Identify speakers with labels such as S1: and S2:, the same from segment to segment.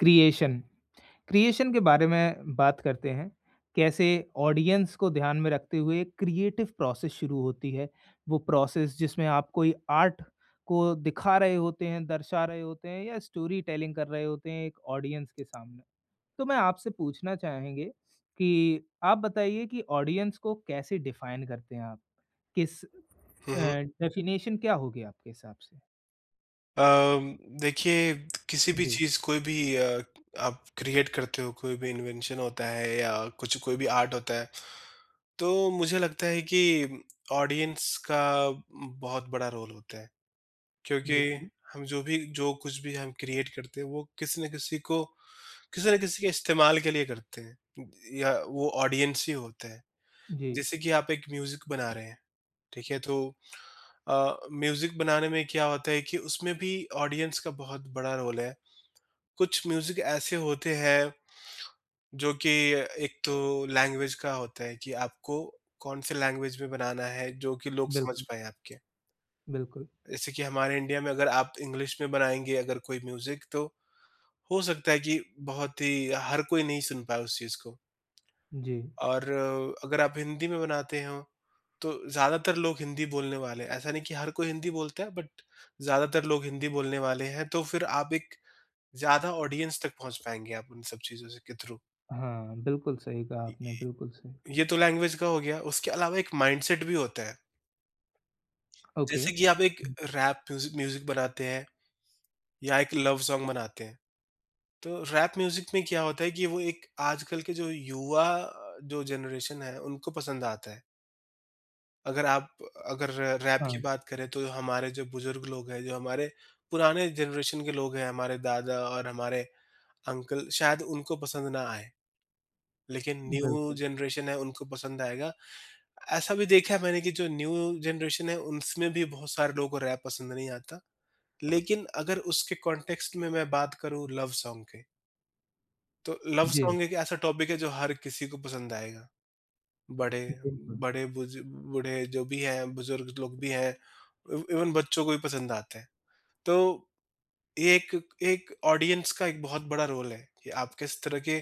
S1: Creation creation के बारे में बात करते हैं। कैसे ऑडियंस को ध्यान में रखते हुए क्रिएटिव प्रोसेस शुरू होती है। वो प्रोसेस जिसमें आप कोई आर्ट को दिखा रहे होते हैं, दर्शा रहे होते हैं या स्टोरी टेलिंग कर रहे होते हैं एक ऑडियंस के सामने। तो मैं आपसे पूछना चाहेंगे कि आप बताइए कि ऑडियंस को कैसे डिफाइन करते हैं आप? किस
S2: हुँ,
S1: अ,
S2: हुँ।
S1: डेफिनेशन क्या होगी आपके हिसाब से?
S2: अम, देखिए किसी भी
S1: जी,
S2: चीज़ कोई भी आप क्रिएट करते हो, कोई भी इन्वेंशन होता है या कुछ कोई भी आर्ट होता है, तो मुझे लगता है कि ऑडियंस का बहुत बड़ा रोल होता है। क्योंकि
S1: बिल्कुल।
S2: हम जो भी जो कुछ भी हम क्रिएट करते हैं, वो किसी न किसी को किसी न किसी के इस्तेमाल के लिए करते हैं या वो ऑडियंस ही होता है।
S1: जी,
S2: जैसे कि आप एक म्यूज़िक बना रहे हैं, ठीक है? तो म्यूज़िक बनाने में क्या होता है कि उसमें भी ऑडियंस का बहुत बड़ा रोल है। कुछ म्यूजिक ऐसे होते हैं जो कि एक तो लैंग्वेज का होता है कि आपको कौन से लैंग्वेज में बनाना है जो कि लोग समझ
S1: बिल्कुल,
S2: पाए आपके।
S1: बिल्कुल।
S2: जैसे कि हमारे इंडिया में अगर आप इंग्लिश में बनाएँगे अगर कोई म्यूजिक तो हो सकता है कि बहुत ही हर कोई नहीं सुन पाए उस चीज़ को।
S1: जी।
S2: और अगर आप हिंदी में बनाते हो तो ज़्यादातर लोग हिंदी बोलने वाले हैं। ऐसा नहीं कि हर कोई हिंदी बोलता है बट ज़्यादातर लोग हिंदी बोलने वाले हैं तो फिर आप एक ज़्यादा ऑडियंस तक पहुँच पाएँगे आप उन सब चीज़ों से के थ्रू।
S1: हाँ, बिल्कुल सही कहा आपने, बिल्कुल सही कहा।
S2: ये तो लैंग्वेज का हो गया, उसके अलावा एक माइंडसेट भी होता है।
S1: ओके।
S2: जैसे कि आप एक
S1: हुँ,
S2: रैप म्यूज़िक म्यूज़िक बनाते हैं या एक लव सॉन्ग बनाते हैं, तो रैप म्यूज़िक में क्या होता है कि वो एक आजकल के जो युवा जो जनरेशन है, उनको पसंद आता है। अगर आप अगर रैप की
S1: हाँ,
S2: बात करें तो हमारे जो बुज़ुर्ग लोग हैं, जो हमारे पुराने जनरेशन के लोग हैं, हमारे दादा और हमारे अंकल शायद उनको पसंद ना आए। लेकिन न्यू
S1: बिल्कुल।
S2: जनरेशन है उनको पसंद आएगा। ऐसा भी देखा है मैंने कि जो न्यू जनरेशन है उसमें भी बहुत सारे लोगों को रैप पसंद नहीं आता। लेकिन अगर उसके कॉन्टेक्स्ट में मैं बात करूँ लव सॉन्ग के, तो लव
S1: जी,
S2: सॉन्ग एक ऐसा टॉपिक है जो हर किसी को पसंद आएगा। बड़े
S1: बिल्कुल।
S2: बड़े बुज बूढ़े जो भी हैं, बुजुर्ग लोग भी हैं, इव इवन बच्चों को भी पसंद आते हैं। तो ये एक एक ऑडियंस का एक बहुत बड़ा रोल है कि आप किस तरह के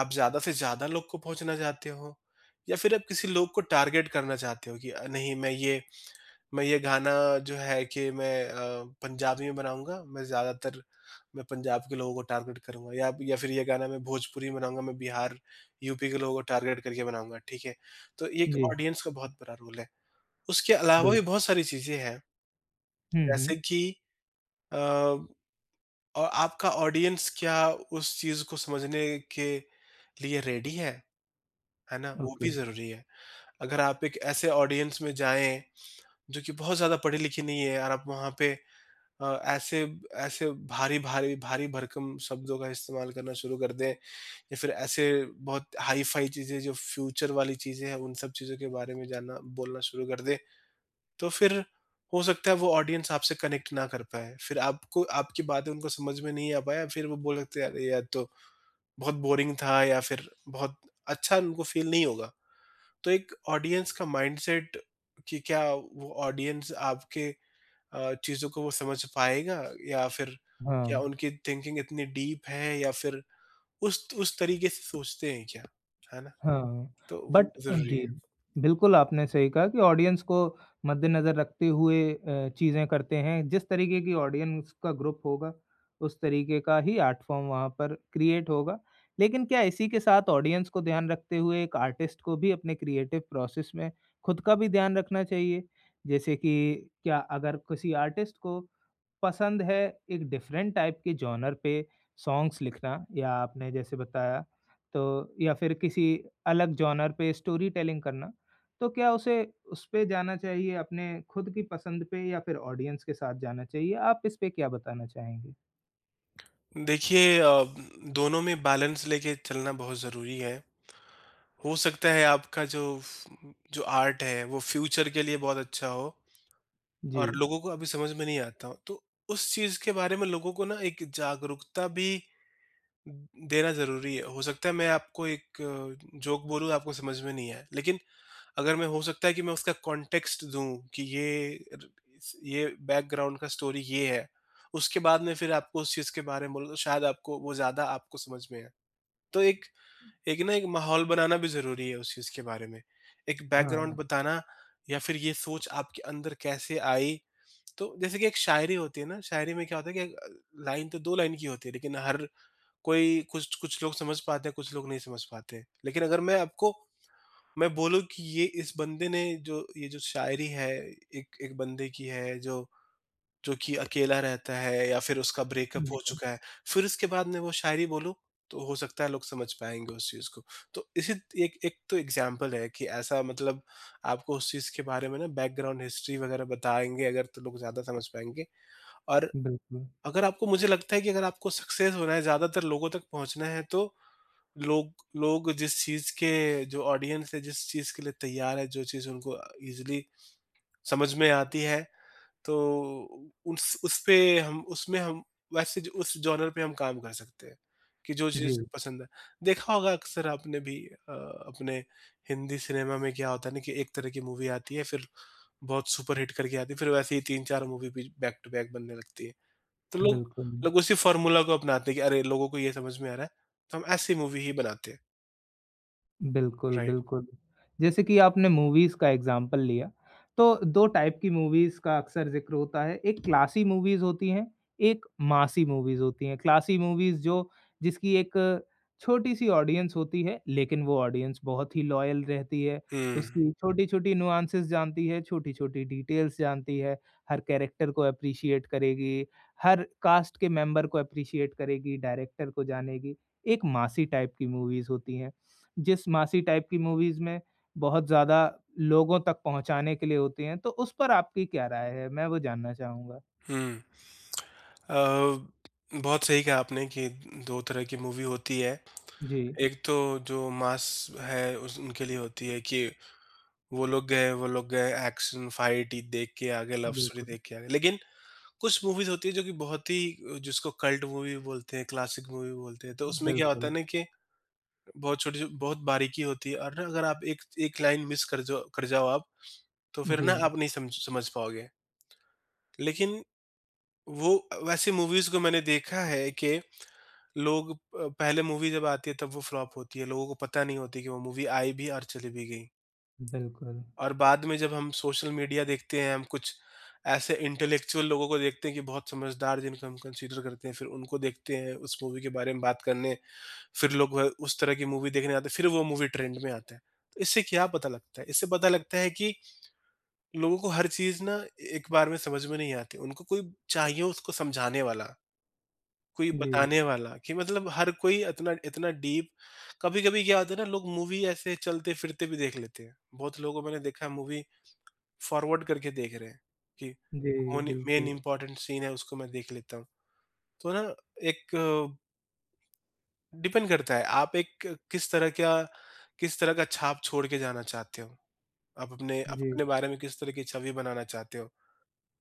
S2: आप ज़्यादा से ज़्यादा लोग को पहुँचना चाहते हो या फिर आप किसी लोग को टारगेट करना चाहते हो कि नहीं मैं ये गाना जो है कि मैं पंजाबी में बनाऊँगा, मैं पंजाब के लोगों को टारगेट करूँगा या फिर ये गाना मैं भोजपुरी में बनाऊँगा, मैं बिहार, यूपी के लोगों को टारगेट करके बनाऊँगा, ठीक है? तो ये एक
S1: जी,
S2: ऑडियंस का बहुत बड़ा रोल है। उसके अलावा
S1: बिल
S2: भी बहुत सारी चीज़ें हैं
S1: हुँ, हुँ,
S2: जैसे कि अ, और आपका ऑडियंस क्या उस चीज़ को समझने के लिए रेडी है ना? वो
S1: ओके,
S2: भी ज़रूरी है। अगर आप एक ऐसे ऑडियंस में जाएँ, जो कि बहुत ज़्यादा पढ़ी-लिखी नहीं है और आप वहाँ पे अ, ऐसे ऐसे भारी भारी भारी भरकम शब्दों का इस्तेमाल करना शुरू कर दें या फिर ऐसे बहुत हाई-फाई चीज़ें जो फ्यूचर वाली चीज़ें हैं, उन सब चीज़ों के बारे में जानना बोलना शुरू कर दें, तो फिर हो सकता है वो ऑडियंस आपसे कनेक्ट ना कर पाए। फिर आपको आपकी बातें उनको समझ में नहीं आ पाया, फिर वो बोल सकते हैं, "अरे! यार तो बहुत बोरिंग था" या फिर बहुत अच्छा उनको फ़ील नहीं होगा। तो एक ऑडियंस का माइंडसेट कि क्या वो ऑडियंस आपके चीज़ों को वो समझ पाएगा या फिर क्या
S1: हाँ।
S2: उनकी थिंकिंग इतनी डीप है या फिर उस तरीके से सोचते हैं क्या? है ना?
S1: हाँ,
S2: तो वो
S1: बट
S2: ज़रूरी
S1: जी, बिल्कुल आपने सही कहा कि ऑडियंस को मद्देनज़र रखते हुए चीज़ें करते हैं। जिस तरीके की ऑडियंस का ग्रुप होगा, उस तरीके का ही आर्ट फॉर्म वहाँ पर क्रिएट होगा। लेकिन क्या इसी के साथ ऑडियंस को ध्यान रखते हुए एक आर्टिस्ट को भी अपने क्रिएटिव प्रोसेस में खुद का भी ध्यान रखना चाहिए? जैसे कि क्या अगर किसी आर्टिस्ट को पसंद है एक डिफरेंट टाइप के जॉनर पे सॉन्ग्स लिखना या आपने जैसे बताया तो या फिर किसी अलग जॉनर पे स्टोरी टेलिंग करना तो क्या उसे उस पे जाना चाहिए अपने खुद की पसंद पे या फिर ऑडियंस के साथ जाना चाहिए? आप इस पे क्या बताना चाहेंगे?
S2: है। देखिए दोनों में बैलेंस लेके चलना बहुत ज़रूरी है। हो सकता है आपका जो जो आर्ट है वो फ्यूचर के लिए बहुत अच्छा हो
S1: जी।
S2: और लोगों को अभी समझ में नहीं आता हो। तो उस चीज़ के बारे में लोगों को ना एक जागरूकता भी देना ज़रूरी है। हो सकता है मैं आपको एक जोक बोलूँ आपको समझ में नहीं आए। लेकिन अगर मैं हो सकता है कि मैं उसका कॉन्टेक्स्ट दूँ कि ये र इस ये बैकग्राउंड का स्टोरी ये है। उसके बाद में फिर आपको उस चीज़ के बारे में बोलूँ तो शायद आपको वो ज़्यादा आपको समझ में आए। तो एक एक ना एक माहौल बनाना भी ज़रूरी है उस चीज़ के बारे में। एक बैकग्राउंड
S1: हाँ।
S2: बताना या फिर ये सोच आपके अंदर कैसे आई। तो जैसे कि एक शायरी होती है ना, शायरी में क्या होता है कि लाइन तो 2 लाइन की होती है लेकिन हर कोई कुछ कुछ लोग समझ पाते हैं, कुछ लोग नहीं समझ पाते। लेकिन अगर मैं बोलूँ कि ये इस बंदे ने जो ये जो शायरी है, एक एक बंदे की है जो जो कि अकेला रहता है या फिर उसका ब्रेकअप
S1: जी,
S2: हो चुका है, फिर उसके बाद मैं वो शायरी बोलूँ, तो हो सकता है लोग समझ पाएँगे उस चीज़ को। तो इसी एक एक तो एग्ज़ाम्पल है कि ऐसा मतलब आपको उस चीज़ के बारे में ना बैकग्राउंड हिस्ट्री वगैरह बताएँगे अगर तो लोग ज़्यादा समझ पाएँगे। और
S1: बिल्कुल।
S2: अगर आपको मुझे लगता है कि अगर आपको सक्सेस होना है, ज़्यादातर लोगों तक पहुँचना है तो लोग लोग जिस चीज़ के जो ऑडियंस है, जिस चीज़ के लिए तैयार है, जो चीज़ उनको ईज़िली समझ में आती है, तो उस उसपे हम उसमें हम वैसे ज उस जॉनर पे हम काम कर सकते हैं, कि जो
S1: जी,
S2: चीज़ पसंद है। देखा होगा अक्सर आपने भी अपने हिंदी सिनेमा में क्या होता है ना कि एक तरह की मूवी आती है, फिर बहुत सुपरहिट करके आती है, फिर वैसे ही 3-4 मूवी भी बैक टू बैक बनने लगती है। तो लोग
S1: बिल्कुल।
S2: लोग उसी फ़ॉर्मूला को अपनाते हैं कि अरे! लोगों को ये समझ में आ रहा है, तो हम ऐसी मूवी ही बनाते हैं।
S1: बिल्कुल,
S2: राइट।
S1: बिल्कुल। जैसे कि आपने मूवीज़ का एग्ज़ाम्पल लिया, तो 2 टाइप की मूवीज़ का अक्सर ज़िक्र होता है। एक क्लासी मूवीज़ होती हैं, एक मासी मूवीज़ होती हैं। क्लासी मूवीज़ जो जिसकी एक छोटी-सी ऑडियंस होती है, लेकिन वो ऑडियंस बहुत ही लॉयल रहती है।
S2: हुँ,
S1: उसकी छोटी-छोटी नुआंसेस जानती है, छोटी-छोटी डिटेल्स जानती है, हर कैरेक्टर को एप्रिशिएट करेगी, हर कास्ट के मेंबर को एप्रिशिएट करेगी, डायरेक्टर को जानेगी। एक मासी टाइप की मूवीज़ होती हैं। जिस मासी टाइप की मूवीज़ में बहुत ज़्यादा लोगों तक पहुँचाने के लिए होती हैं, तो उस पर आपकी क्या राय है? मैं वो जानना चाहूँगा।
S2: हुँ। अ, बहुत सही कहा आपने कि 2 तरह की मूवी होती है।
S1: जी,
S2: एक तो जो मास है उस उनके लिए होती है कि वो लोग गए, एक्शन, फाइट ही देख के आ गए, लव स्टोरी
S1: बिल्कुल,
S2: देख के आ गए। लेकिन कुछ मूवीज़ होती है जो कि बहुत ही जिसको कल्ट मूवी बोलते हैं, क्लासिक मूवी बोलते हैं, तो उसमें क्या होता
S1: बिल्कुल।
S2: है ना कि बहुत छोटी बहुत बारीकी होती है और ना अगर आप एक एक लाइन मिस कर जाओ आप, तो फिर
S1: जी,
S2: ना आप नहीं समझ समझ पाओगे। लेकिन वो वैसी मूवीज़ को मैंने देखा है कि लोग पहले मूवी जब आती है तब वो फ्लॉप होती है, लोगों को पता नहीं होती कि वो मूवी आई भी और चली भी गई।
S1: बिल्कुल।
S2: और बाद में जब हम सोशल मीडिया देखते हैं, हम कुछ ऐसे इंटेलेक्चुअल लोगों को देखते हैं कि बहुत समझदार जिनको हम कंसीडर करते हैं, फिर उनको देखते हैं उस मूवी के बारे में बात करने, फिर लोग वह उस तरह की मूवी देखने आते हैं, फिर वो मूवी ट्रेंड में आता है। तो इससे क्या पता लगता है? इससे पता लगता है कि लोगों को हर चीज़ ना एक बार में समझ में नहीं आती, उनको कोई चाहिए उसको समझाने वाला। कोई
S1: जी,
S2: बताने वाला कि मतलब हर कोई इतना इतना डीप कभी-कभी क्या होता है ना लोग मूवी ऐसे चलते-फिरते भी देख लेते हैं। बहुत लोगों को मैंने देखा है मूवी फॉरवर्ड करके देख रहे हैं कि
S1: जी,
S2: मोनी मेन
S1: बिल्कुल।
S2: इम्पोर्टेंट सीन है उसको मैं देख लेता हूँ। तो ना एक डिपेंड करता है आप एक किस तरह का छाप छोड़ के जाना चाहते हो? आप
S1: जी,
S2: अपने बारे में किस तरह की छवि बनाना चाहते हो?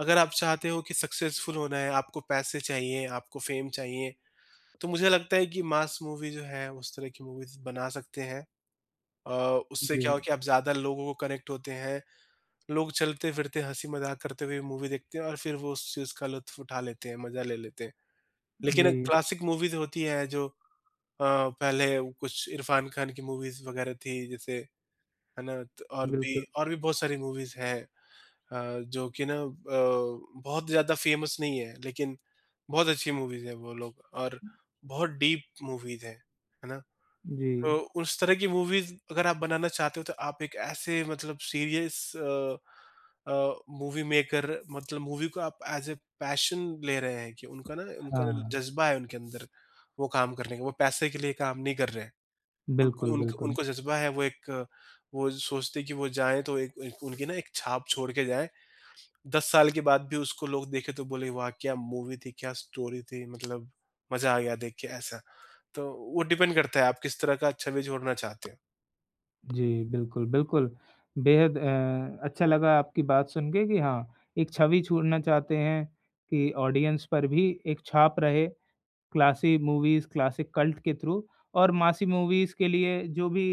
S2: अगर आप चाहते हो कि सक्सेसफुल होना है, आपको पैसे चाहिए, आपको फेम चाहिए तो मुझे लगता है कि मास मूवी जो है उस तरह की मूवीज़ बना सकते हैं। अ, उससे
S1: जी,
S2: क्या हो कि आप ज़्यादा लोगों को कनेक्ट होते हैं, लोग चलते-फिरते हँसी-मज़ाक करते हुए मूवी देखते हैं और फिर वो उस चीज़ का लुत्फ़ उठा लेते हैं, मज़ा ले लेते हैं। लेकिन हुँ। एक
S1: जी,
S2: क्लासिक मूवीज़ होती हैं जो अ, पहले वो कुछ इरफ़ान खान की मूवीज़ वग़ैरह थी जैसे, है ना? त और भी
S1: बिल्कुल।
S2: बहुत सारी मूवीज़ हैं जो कि ना बहुत ज़्यादा फ़ेमस नहीं है लेकिन बहुत अच्छी मूवीज़ हैं वो लोग और बहुत डीप मूवीज़ हैं, है ना? तो
S1: जी,
S2: उस तरह की मूवीज़ अगर आप बनाना चाहते हो तो आप एक ऐसे मतलब सीरियस अ, मूवी मेकर मतलब मूवी को आप एज़ ए पैशन ले रहे हैं कि उनका
S1: हाँ।
S2: जज़्बा है उनके अंदर वो काम करने का, वो पैसे के लिए काम नहीं कर रहे हैं। उनको
S1: बिल्कुल,
S2: उनको
S1: बिल्कुल।
S2: उनको जज़्बा है वो एक वो सोचते हैं कि वो जाएँ तो एक एक उनकी ना एक छाप छोड़ के जाएँ। 10 साल के बाद भी उसको लोग देखें तो बोले वाह! क्या मूवी थी, क्या स्टोरी थी, मतलब मज़ा आ गया देख के ऐसा। तो वो डिपेंड करता है आप किस तरह का छवि छोड़ना चाहते हो।
S1: जी, बिल्कुल, बिल्कुल। बेहद अच्छा लगा आपकी बात सुन के कि हाँ, एक छवि छोड़ना चाहते हैं कि ऑडियंस पर भी एक छाप रहे क्लासी मूवीज़, क्लासिक कल्ट के थ्रू और मासी मूवीज़ के लिए जो भी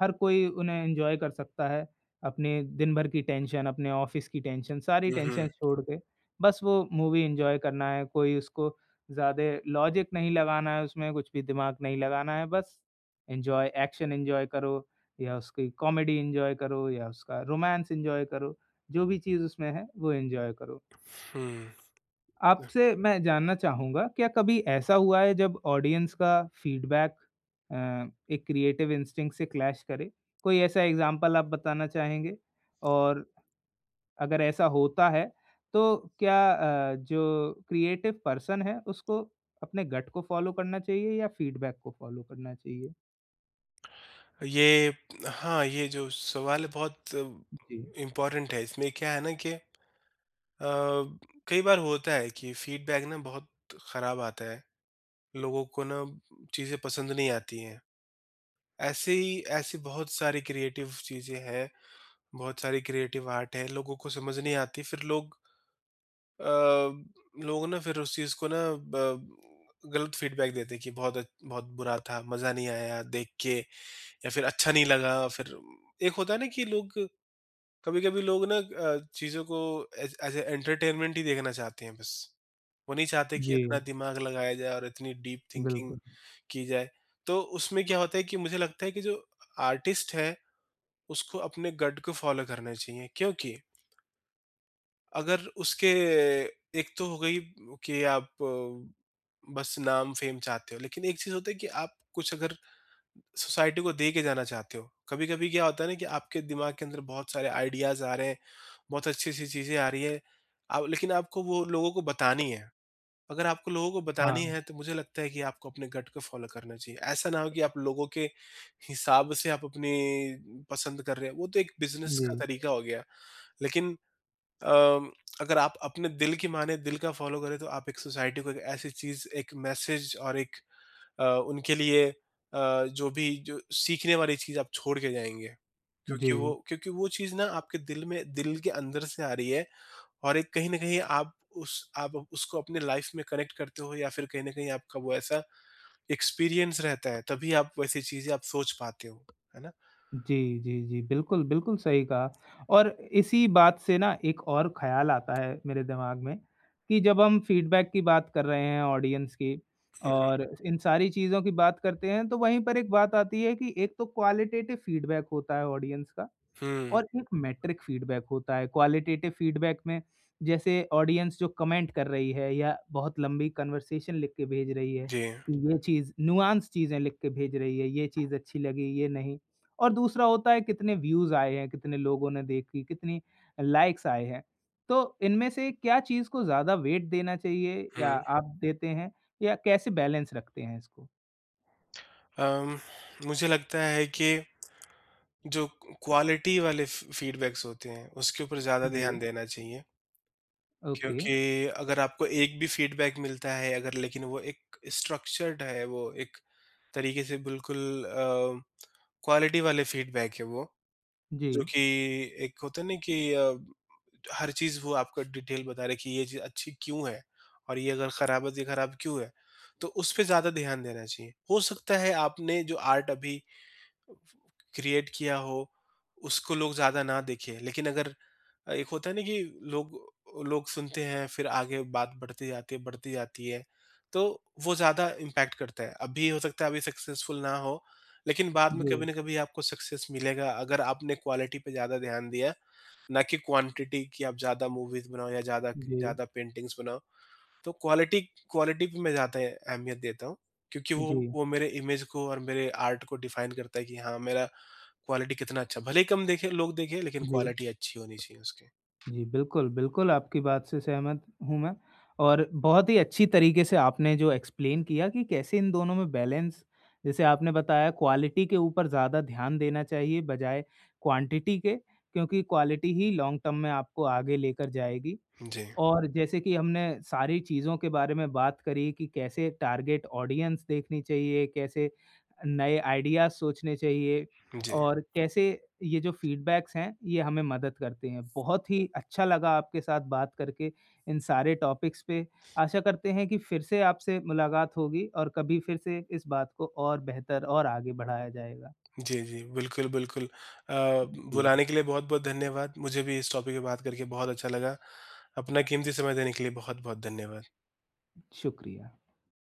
S1: हर कोई उन्हें एन्जॉय कर सकता है। अपने दिन भर की टेंशन, अपने ऑफ़िस की टेंशन, सारी
S2: हुँ, हुँ,
S1: टेंशन छोड़ के, बस वो मूवी एन्जॉय करना है, कोई उसको ज़्यादा लॉजिक नहीं लगाना है उसमें, कुछ भी दिमाग नहीं लगाना है, बस एन्जॉय एक्शन एन्जॉय करो या उसकी कॉमेडी एन्जॉय करो या उसका रोमांस एन्जॉय करो, जो भी चीज़ उसमें है, वो एन्जॉय करो।
S2: हुँ।
S1: आपसे मैं जानना चाहूँगा, क्या कभी ऐसा हुआ है जब ऑडियंस का फीडबैक अ, एक क्रिएटिव इंस्टिंक्ट से क्लैश करे? कोई ऐसा एग्ज़ाम्पल आप बताना चाहेंगे? और अगर ऐसा होता है, तो क्या जो क्रिएटिव पर्सन है, उसको अपने गट को फ़ॉलो करना चाहिए या फीडबैक को फ़ॉलो करना चाहिए?
S2: ये हाँ, ये जो सवाल है बहुत
S1: जी।
S2: इम्पोर्टेंट है। इसमें क्या है ना कि अ, कई बार होता है कि फीडबैक ना बहुत खराब आता है। लोगों को ना चीज़ें पसंद नहीं आती हैं। ऐसे ही ऐसी बहुत सारी क्रिएटिव चीज़ें हैं, बहुत सारी क्रिएटिव आर्ट है, लोगों को समझ नहीं आती फिर अ, लोग ना फिर उस चीज़ को ना ब गलत फीडबैक देते हैं कि बहुत बुरा था, मज़ा नहीं आया देख के या फिर अच्छा नहीं लगा फिर एक होता है ना कि लोग कभी-कभी लोग चीज़ों को एज एज़ अ एंटरटेनमेंट ही देखना चाहते हैं बस। वो नहीं चाहते कि
S1: जी,
S2: इतना दिमाग लगाया जाए और इतनी डीप थिंकिंग
S1: बिल्कुल।
S2: की जाए। तो उसमें क्या होता है कि मुझे लगता है कि जो आर्टिस्ट है, उसको अपने गट को फ़ॉलो करना चाहिए। क्योंकि अगर उसके एक तो हो गई कि आप बस नाम फ़ेम चाहते हो, लेकिन एक चीज़ होता है कि आप कुछ अगर सोसाइटी को दे के जाना चाहते हो। कभी-कभी क्या होता है ना कि आपके दिमाग के अंदर बहुत सारे आइडियाज़ आ रहे हैं, बहुत अच्छी-अच्छी चीज़ें आ रही हैं, आप लेकिन आपको वो लोगों को बतानी है। अगर आपको लोगों को बतानी
S1: हाँ,
S2: है तो मुझे लगता है कि आपको अपने गट को फॉलो करना चाहिए। ऐसा ना हो कि आप लोगों के हिसाब से आप अपनी पसंद कर रहे हैं, वो तो एक बिज़नेस का
S1: जी,
S2: तरीका हो गया। लेकिन अम, अगर आप अपने दिल की माने, दिल का फॉलो करें तो आप एक सोसाइटी को एक ऐसी चीज़, एक मैसेज और एक अ, उनके लिए जो भी जो सीखने वाली चीज़ आप छोड़ के जाएँगे।
S1: जी।
S2: क्योंकि वो चीज़ ना आपके दिल के अंदर से आ रही है। और एक कहीं न कहीं आप उसको अपने लाइफ़ में कनेक्ट करते हो या फिर कहीं न कहीं आपका वो ऐसा एक्सपीरियंस रहता है, तभी आप वैसी चीज़ें आप सोच पाते हो, है ना?
S1: जी, जी, जी। बिल्कुल, बिल्कुल सही कहा और इसी बात से ना एक और ख़्याल आता है मेरे दिमाग में कि जब हम फ़ीडबैक की बात कर रहे हैं ऑडियंस की
S2: हुँ, हुँ।
S1: और इन सारी चीज़ों की बात करते हैं, तो वहीं पर एक बात आती है कि एक तो क्वालिटेटिव फ़ीडबैक होता है ऑडियंस का
S2: हुँ,
S1: और एक मेट्रिक फीडबैक होता है। क्वालिटेटिव फीडबैक में जैसे ऑडियंस जो कमेंट कर रही है या बहुत लंबी कन्वर्सेशन लिख के भेज रही है
S2: जी।
S1: कि ये चीज़ नुआंस चीज़ें लिख के भेज रही है, ये चीज़ अच्छी लगी, ये नहीं। और दूसरा होता है कितने व्यूज़ आए हैं, कितने लोगों ने देखी, कितनी लाइक्स आए हैं। तो इनमें से क्या चीज़ को ज़्यादा वेट देना चाहिए या
S2: हुँ।
S1: आप देते हैं या कैसे बैलेंस रखते हैं इसको?
S2: अम, मुझे लगता है कि जो क्वालिटी वाले फ फीडबैक्स होते हैं, उसके ऊपर ज़्यादा
S1: जी,
S2: ध्यान देना चाहिए,
S1: ओके।
S2: क्योंकि अगर आपको एक भी फीडबैक मिलता है अगर लेकिन वो एक स्ट्रक्चर्ड है, वो एक तरीके से बिल्कुल क्वालिटी वाले फीडबैक है वो
S1: जी,
S2: जो कि एक होता है ना कि हर चीज़ वो आपको डिटेल बता रहे कि ये चीज़ अच्छी क्यों है और ये अगर खराब है तो ये खराब क्यों है। तो उस पे ज़्यादा ध्यान देना चाहिए। हो सकता है आपने जो आर्ट अभी क्रिएट किया हो, उसको लोग ज़्यादा ना देखें। लेकिन अगर एक होता है ना कि लोग लोग सुनते हैं, फिर आगे बात बढ़ती जाती है, तो वो ज़्यादा इम्पैक्ट करता है। अभी हो सकता है अभी सक्सेसफुल ना हो, लेकिन बाद में कभी
S1: जी,
S2: ना कभी आपको सक्सेस मिलेगा अगर आपने क्वालिटी पे ज़्यादा ध्यान दिया, ना कि क्वांटिटी कि आप ज़्यादा मूवीज़ बनाओ या ज़्यादा
S1: जी,
S2: ज़्यादा पेंटिंग्स बनाओ। तो क्वालिटी क्वालिटी पे मैं ज़्यादा अहमियत देता हूँ, क्योंकि वो
S1: जी,
S2: वो मेरे इमेज को और मेरे आर्ट को डिफाइन करता है कि हाँ, मेरा क्वालिटी कितना अच्छा भले ही कम देखे लोग देखें लेकिन
S1: जी।
S2: क्वालिटी अच्छी होनी चाहिए उसकी।
S1: जी, बिल्कुल, बिल्कुल आपकी बात से सहमत हूँ मैं और बहुत ही अच्छी तरीके से आपने जो एक्सप्लेन किया कि कैसे इन दोनों में बैलेंस जैसे आपने बताया क्वालिटी के ऊपर ज़्यादा ध्यान देना चाहिए बजाय क्वांटिटी के, क्योंकि क्वालिटी ही लॉन्ग टर्म में आपको आगे लेकर जाएगी।
S2: जी,
S1: और जैसे कि हमने सारी चीज़ों के बारे में बात करी कि कैसे टारगेट ऑडियंस देखनी चाहिए, कैसे नए आइडियाज़ सोचने चाहिए
S2: जी।
S1: और कैसे ये जो फीडबैक्स हैं, ये हमें मदद करते हैं। बहुत ही अच्छा लगा आपके साथ बात करके इन सारे टॉपिक्स पे। आशा करते हैं कि फिर से आपसे मुलाकात होगी और कभी फिर से इस बात को और बेहतर और आगे बढ़ाया जाएगा।
S2: जी, जी, बिल्कुल, बिल्कुल। अ,
S1: जी,
S2: बुलाने के लिए बहुत-बहुत धन्यवाद। मुझे भी इस टॉपिक पे बात करके बहुत अच्छा लगा। अपना कीमती समय देने के लिए बहुत-बहुत धन्यवाद।
S1: शुक्रिया।